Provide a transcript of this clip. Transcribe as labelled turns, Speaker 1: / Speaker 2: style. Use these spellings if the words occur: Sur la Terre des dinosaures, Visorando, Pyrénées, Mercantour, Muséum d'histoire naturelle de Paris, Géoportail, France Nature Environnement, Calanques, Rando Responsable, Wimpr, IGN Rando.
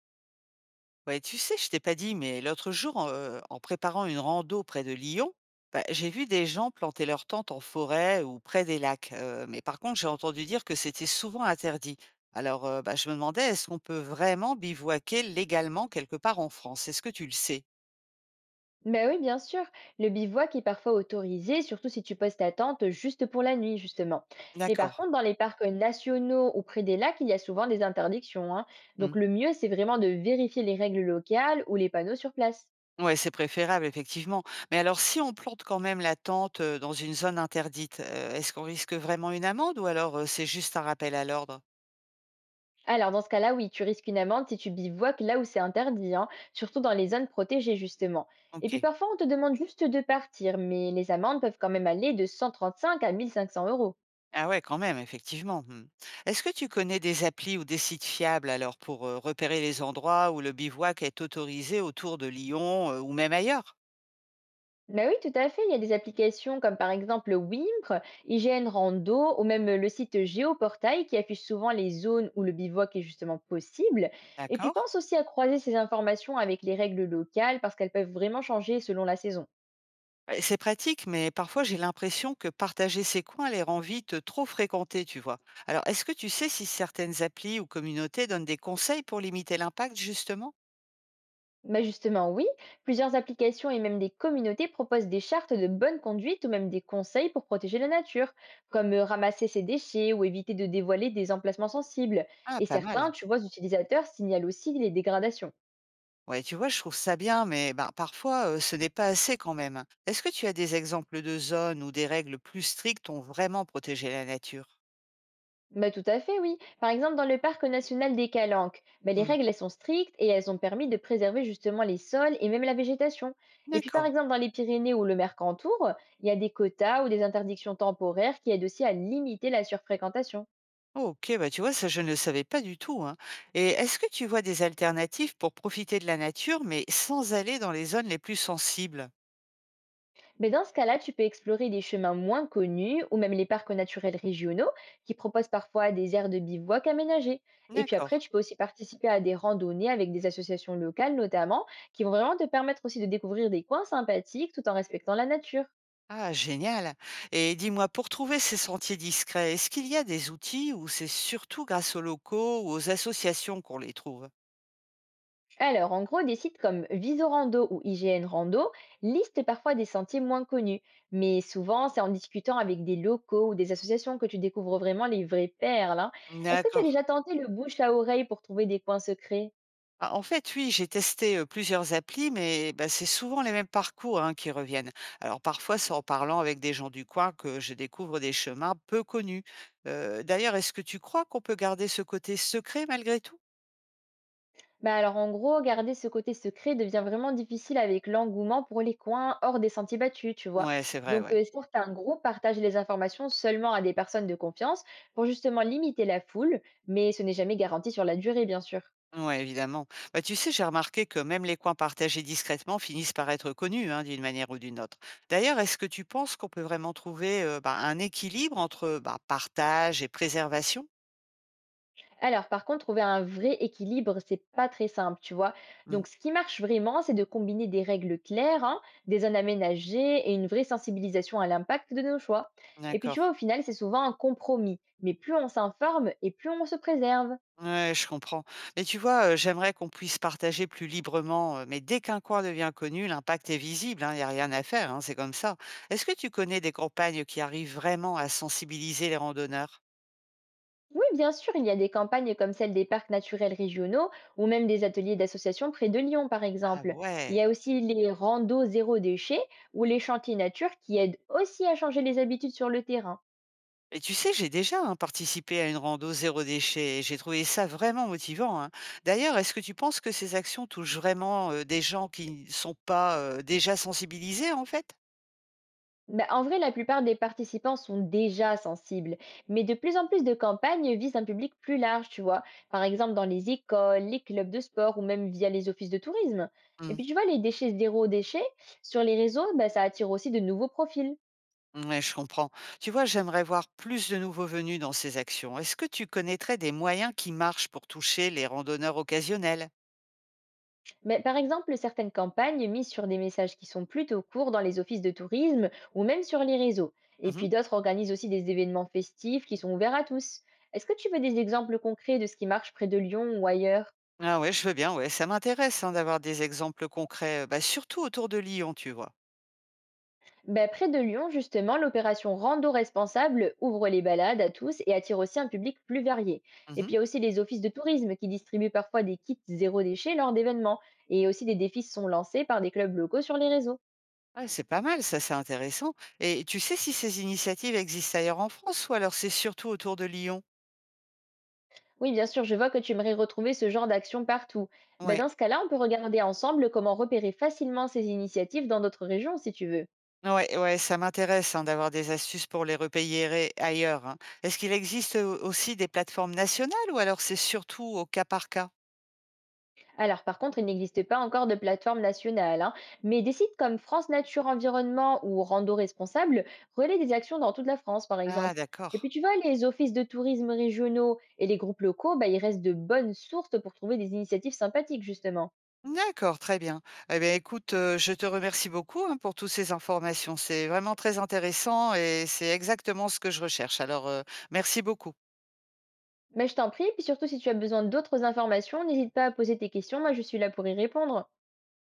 Speaker 1: Ouais, tu sais, je t'ai pas dit, mais l'autre jour, en préparant une rando près de Lyon, j'ai vu des gens planter leurs tentes en forêt ou près des lacs. Mais par contre, j'ai entendu dire que c'était souvent interdit. Je me demandais, est-ce qu'on peut vraiment bivouaquer légalement quelque part en France? Est-ce que tu le sais?
Speaker 2: Ben oui, bien sûr. Le bivouac est parfois autorisé, surtout si tu poses ta tente juste pour la nuit, justement. Mais
Speaker 1: D'accord.
Speaker 2: par contre, dans les parcs nationaux ou près des lacs, il y a souvent des interdictions, hein. Donc
Speaker 1: Mm.
Speaker 2: le mieux, c'est vraiment de vérifier les règles locales ou les panneaux sur place.
Speaker 1: Ouais, c'est préférable, effectivement. Mais alors, si on plante quand même la tente dans une zone interdite, est-ce qu'on risque vraiment une amende ou alors c'est juste un rappel à l'ordre?
Speaker 2: Alors dans ce cas-là, oui, tu risques une amende si tu bivouaques là où c'est interdit, hein, surtout dans les zones protégées, justement. Et
Speaker 1: Ok.
Speaker 2: puis parfois, on te demande juste de partir, mais les amendes peuvent quand même aller de 135 à 1 500 euros.
Speaker 1: Ah ouais, quand même, effectivement. Mmh. Est-ce que tu connais des applis ou des sites fiables alors pour, repérer les endroits où le bivouac est autorisé autour de Lyon, ou même ailleurs?
Speaker 2: Bah oui, tout à fait. Il y a des applications comme par exemple Wimpr, IGN Rando ou même le site Géoportail qui affiche souvent les zones où le bivouac est justement possible. Et puis
Speaker 1: D'accord.
Speaker 2: pense aussi à croiser ces informations avec les règles locales parce qu'elles peuvent vraiment changer selon la saison.
Speaker 1: Bah, c'est pratique, mais parfois j'ai l'impression que partager ces coins les rend vite, trop fréquentés, tu vois? Alors, est-ce que tu sais si certaines applis ou communautés donnent des conseils pour limiter l'impact justement?
Speaker 2: Bah justement, oui, plusieurs applications et même des communautés proposent des chartes de bonne conduite ou même des conseils pour protéger la nature, comme ramasser ses déchets ou éviter de dévoiler des emplacements sensibles.
Speaker 1: Ah,
Speaker 2: Et
Speaker 1: pas
Speaker 2: certains,
Speaker 1: mal.
Speaker 2: tu vois, utilisateurs signalent aussi les dégradations.
Speaker 1: Ouais, tu vois, je trouve ça bien, mais ben, parfois, ce n'est pas assez quand même. Est-ce que tu as des exemples de zones où des règles plus strictes ont vraiment protégé la nature?
Speaker 2: Bah, tout à fait, oui. Par exemple, dans le parc national des Calanques, bah, les
Speaker 1: Hmm.
Speaker 2: règles elles sont strictes et elles ont permis de préserver justement les sols et même la végétation. Et puis, par
Speaker 1: D'accord.
Speaker 2: exemple, dans les Pyrénées ou le Mercantour, il y a des quotas ou des interdictions temporaires qui aident aussi à limiter la surfréquentation.
Speaker 1: Ok, bah tu vois, ça je ne le savais pas du tout, hein. Et est-ce que tu vois des alternatives pour profiter de la nature, mais sans aller dans les zones les plus sensibles?
Speaker 2: Mais dans ce cas-là, tu peux explorer des chemins moins connus ou même les parcs naturels régionaux qui proposent parfois des aires de bivouac aménagées. Et puis
Speaker 1: D'accord.
Speaker 2: après, tu peux aussi participer à des randonnées avec des associations locales notamment qui vont vraiment te permettre aussi de découvrir des coins sympathiques tout en respectant la nature.
Speaker 1: Ah, génial. Et dis-moi, pour trouver ces sentiers discrets, est-ce qu'il y a des outils ou c'est surtout grâce aux locaux ou aux associations qu'on les trouve?
Speaker 2: Alors, en gros, des sites comme Visorando ou IGN Rando listent parfois des sentiers moins connus, mais souvent c'est en discutant avec des locaux ou des associations que tu découvres vraiment les vraies perles, hein. Est-ce que tu as
Speaker 1: D'accord.
Speaker 2: déjà tenté le bouche à oreille pour trouver des coins secrets?
Speaker 1: Ah, en fait, oui, j'ai testé plusieurs applis, mais bah, c'est souvent les mêmes parcours hein, qui reviennent. Alors parfois, c'est en parlant avec des gens du coin que je découvre des chemins peu connus. D'ailleurs, est-ce que tu crois qu'on peut garder ce côté secret malgré tout?
Speaker 2: Bah alors en gros, garder ce côté secret devient vraiment difficile avec l'engouement pour les coins hors des sentiers battus, tu vois.
Speaker 1: Ouais, c'est vrai,
Speaker 2: Donc
Speaker 1: ouais.
Speaker 2: euh, certains groupes partagent les informations seulement à des personnes de confiance pour justement limiter la foule, mais ce n'est jamais garanti sur la durée, bien sûr.
Speaker 1: Ouais, évidemment. Bah, tu sais, j'ai remarqué que même les coins partagés discrètement finissent par être connus hein, d'une manière ou d'une autre. D'ailleurs, est-ce que tu penses qu'on peut vraiment trouver un équilibre entre bah, partage et préservation?
Speaker 2: Alors par contre, trouver un vrai équilibre, c'est pas très simple, tu vois.
Speaker 1: Hmm.
Speaker 2: Donc ce qui marche vraiment, c'est de combiner des règles claires, hein, des zones aménagées et une vraie sensibilisation à l'impact de nos choix. Et puis tu
Speaker 1: D'accord.
Speaker 2: vois, au final, c'est souvent un compromis, mais plus on s'informe et plus on se préserve.
Speaker 1: Ouais, je comprends. Mais tu vois, j'aimerais qu'on puisse partager plus librement, mais dès qu'un coin devient connu, l'impact est visible, hein, il n'y a rien à faire, hein, c'est comme ça. Est-ce que tu connais des campagnes qui arrivent vraiment à sensibiliser les randonneurs?
Speaker 2: Oui, bien sûr, il y a des campagnes comme celle des parcs naturels régionaux ou même des ateliers d'associations près de Lyon, par
Speaker 1: Ah
Speaker 2: exemple. Il
Speaker 1: ouais!
Speaker 2: y a aussi les randos zéro déchet ou les chantiers nature qui aident aussi à changer les habitudes sur le terrain.
Speaker 1: Et tu sais, j'ai déjà, hein, participé à une rando zéro déchet et j'ai trouvé ça vraiment motivant, hein. D'ailleurs, est-ce que tu penses que ces actions touchent vraiment, des gens qui ne sont pas, déjà sensibilisés, en fait?
Speaker 2: Bah, en vrai, la plupart des participants sont déjà sensibles, mais de plus en plus de campagnes visent un public plus large, tu vois, par exemple dans les écoles, les clubs de sport ou même via les offices de tourisme. Et
Speaker 1: Mmh.
Speaker 2: puis tu vois, les déchets zéro déchet sur les réseaux, bah, ça attire aussi de nouveaux profils.
Speaker 1: Ouais, je comprends. Tu vois, j'aimerais voir plus de nouveaux venus dans ces actions. Est-ce que tu connaîtrais des moyens qui marchent pour toucher les randonneurs occasionnels?
Speaker 2: Mais par exemple, certaines campagnes misent sur des messages qui sont plutôt courts dans les offices de tourisme ou même sur les réseaux. Et
Speaker 1: Mhm.
Speaker 2: puis d'autres organisent aussi des événements festifs qui sont ouverts à tous. Est-ce que tu veux des exemples concrets de ce qui marche près de Lyon ou ailleurs?
Speaker 1: Ah ouais, je veux bien, ouais. Ça m'intéresse hein, d'avoir des exemples concrets, surtout autour de Lyon, tu vois.
Speaker 2: Ben, près de Lyon, justement, l'opération Rando Responsable ouvre les balades à tous et attire aussi un public plus varié. Et
Speaker 1: Mhm.
Speaker 2: puis il y a aussi les offices de tourisme qui distribuent parfois des kits zéro déchet lors d'événements. Et aussi des défis sont lancés par des clubs locaux sur les réseaux.
Speaker 1: Ouais, c'est pas mal, ça, c'est intéressant. Et tu sais si ces initiatives existent ailleurs en France ou alors c'est surtout autour de Lyon?
Speaker 2: Oui, bien sûr, je vois que tu aimerais retrouver ce genre d'action partout. Ben,
Speaker 1: Ouais.
Speaker 2: dans ce cas-là, on peut regarder ensemble comment repérer facilement ces initiatives dans d'autres régions, si tu veux.
Speaker 1: Ouais, ouais, ça m'intéresse hein, d'avoir des astuces pour les ailleurs, hein. Est-ce qu'il existe aussi des plateformes nationales ou alors c'est surtout au cas par cas?
Speaker 2: Alors, par contre, il n'existe pas encore de plateforme nationale, hein, mais des sites comme France Nature Environnement ou Rando Responsable relaient des actions dans toute la France, par
Speaker 1: Ah
Speaker 2: exemple. Et puis,
Speaker 1: d'accord.
Speaker 2: tu vois, les offices de tourisme régionaux et les groupes locaux, ben, ils restent de bonnes sources pour trouver des initiatives sympathiques, justement.
Speaker 1: D'accord, très bien. Eh bien, écoute, je te remercie beaucoup, hein, pour toutes ces informations. C'est vraiment très intéressant et c'est exactement ce que je recherche. Merci beaucoup.
Speaker 2: Mais je t'en prie, puis surtout si tu as besoin d'autres informations, n'hésite pas à poser tes questions, moi je suis là pour y répondre.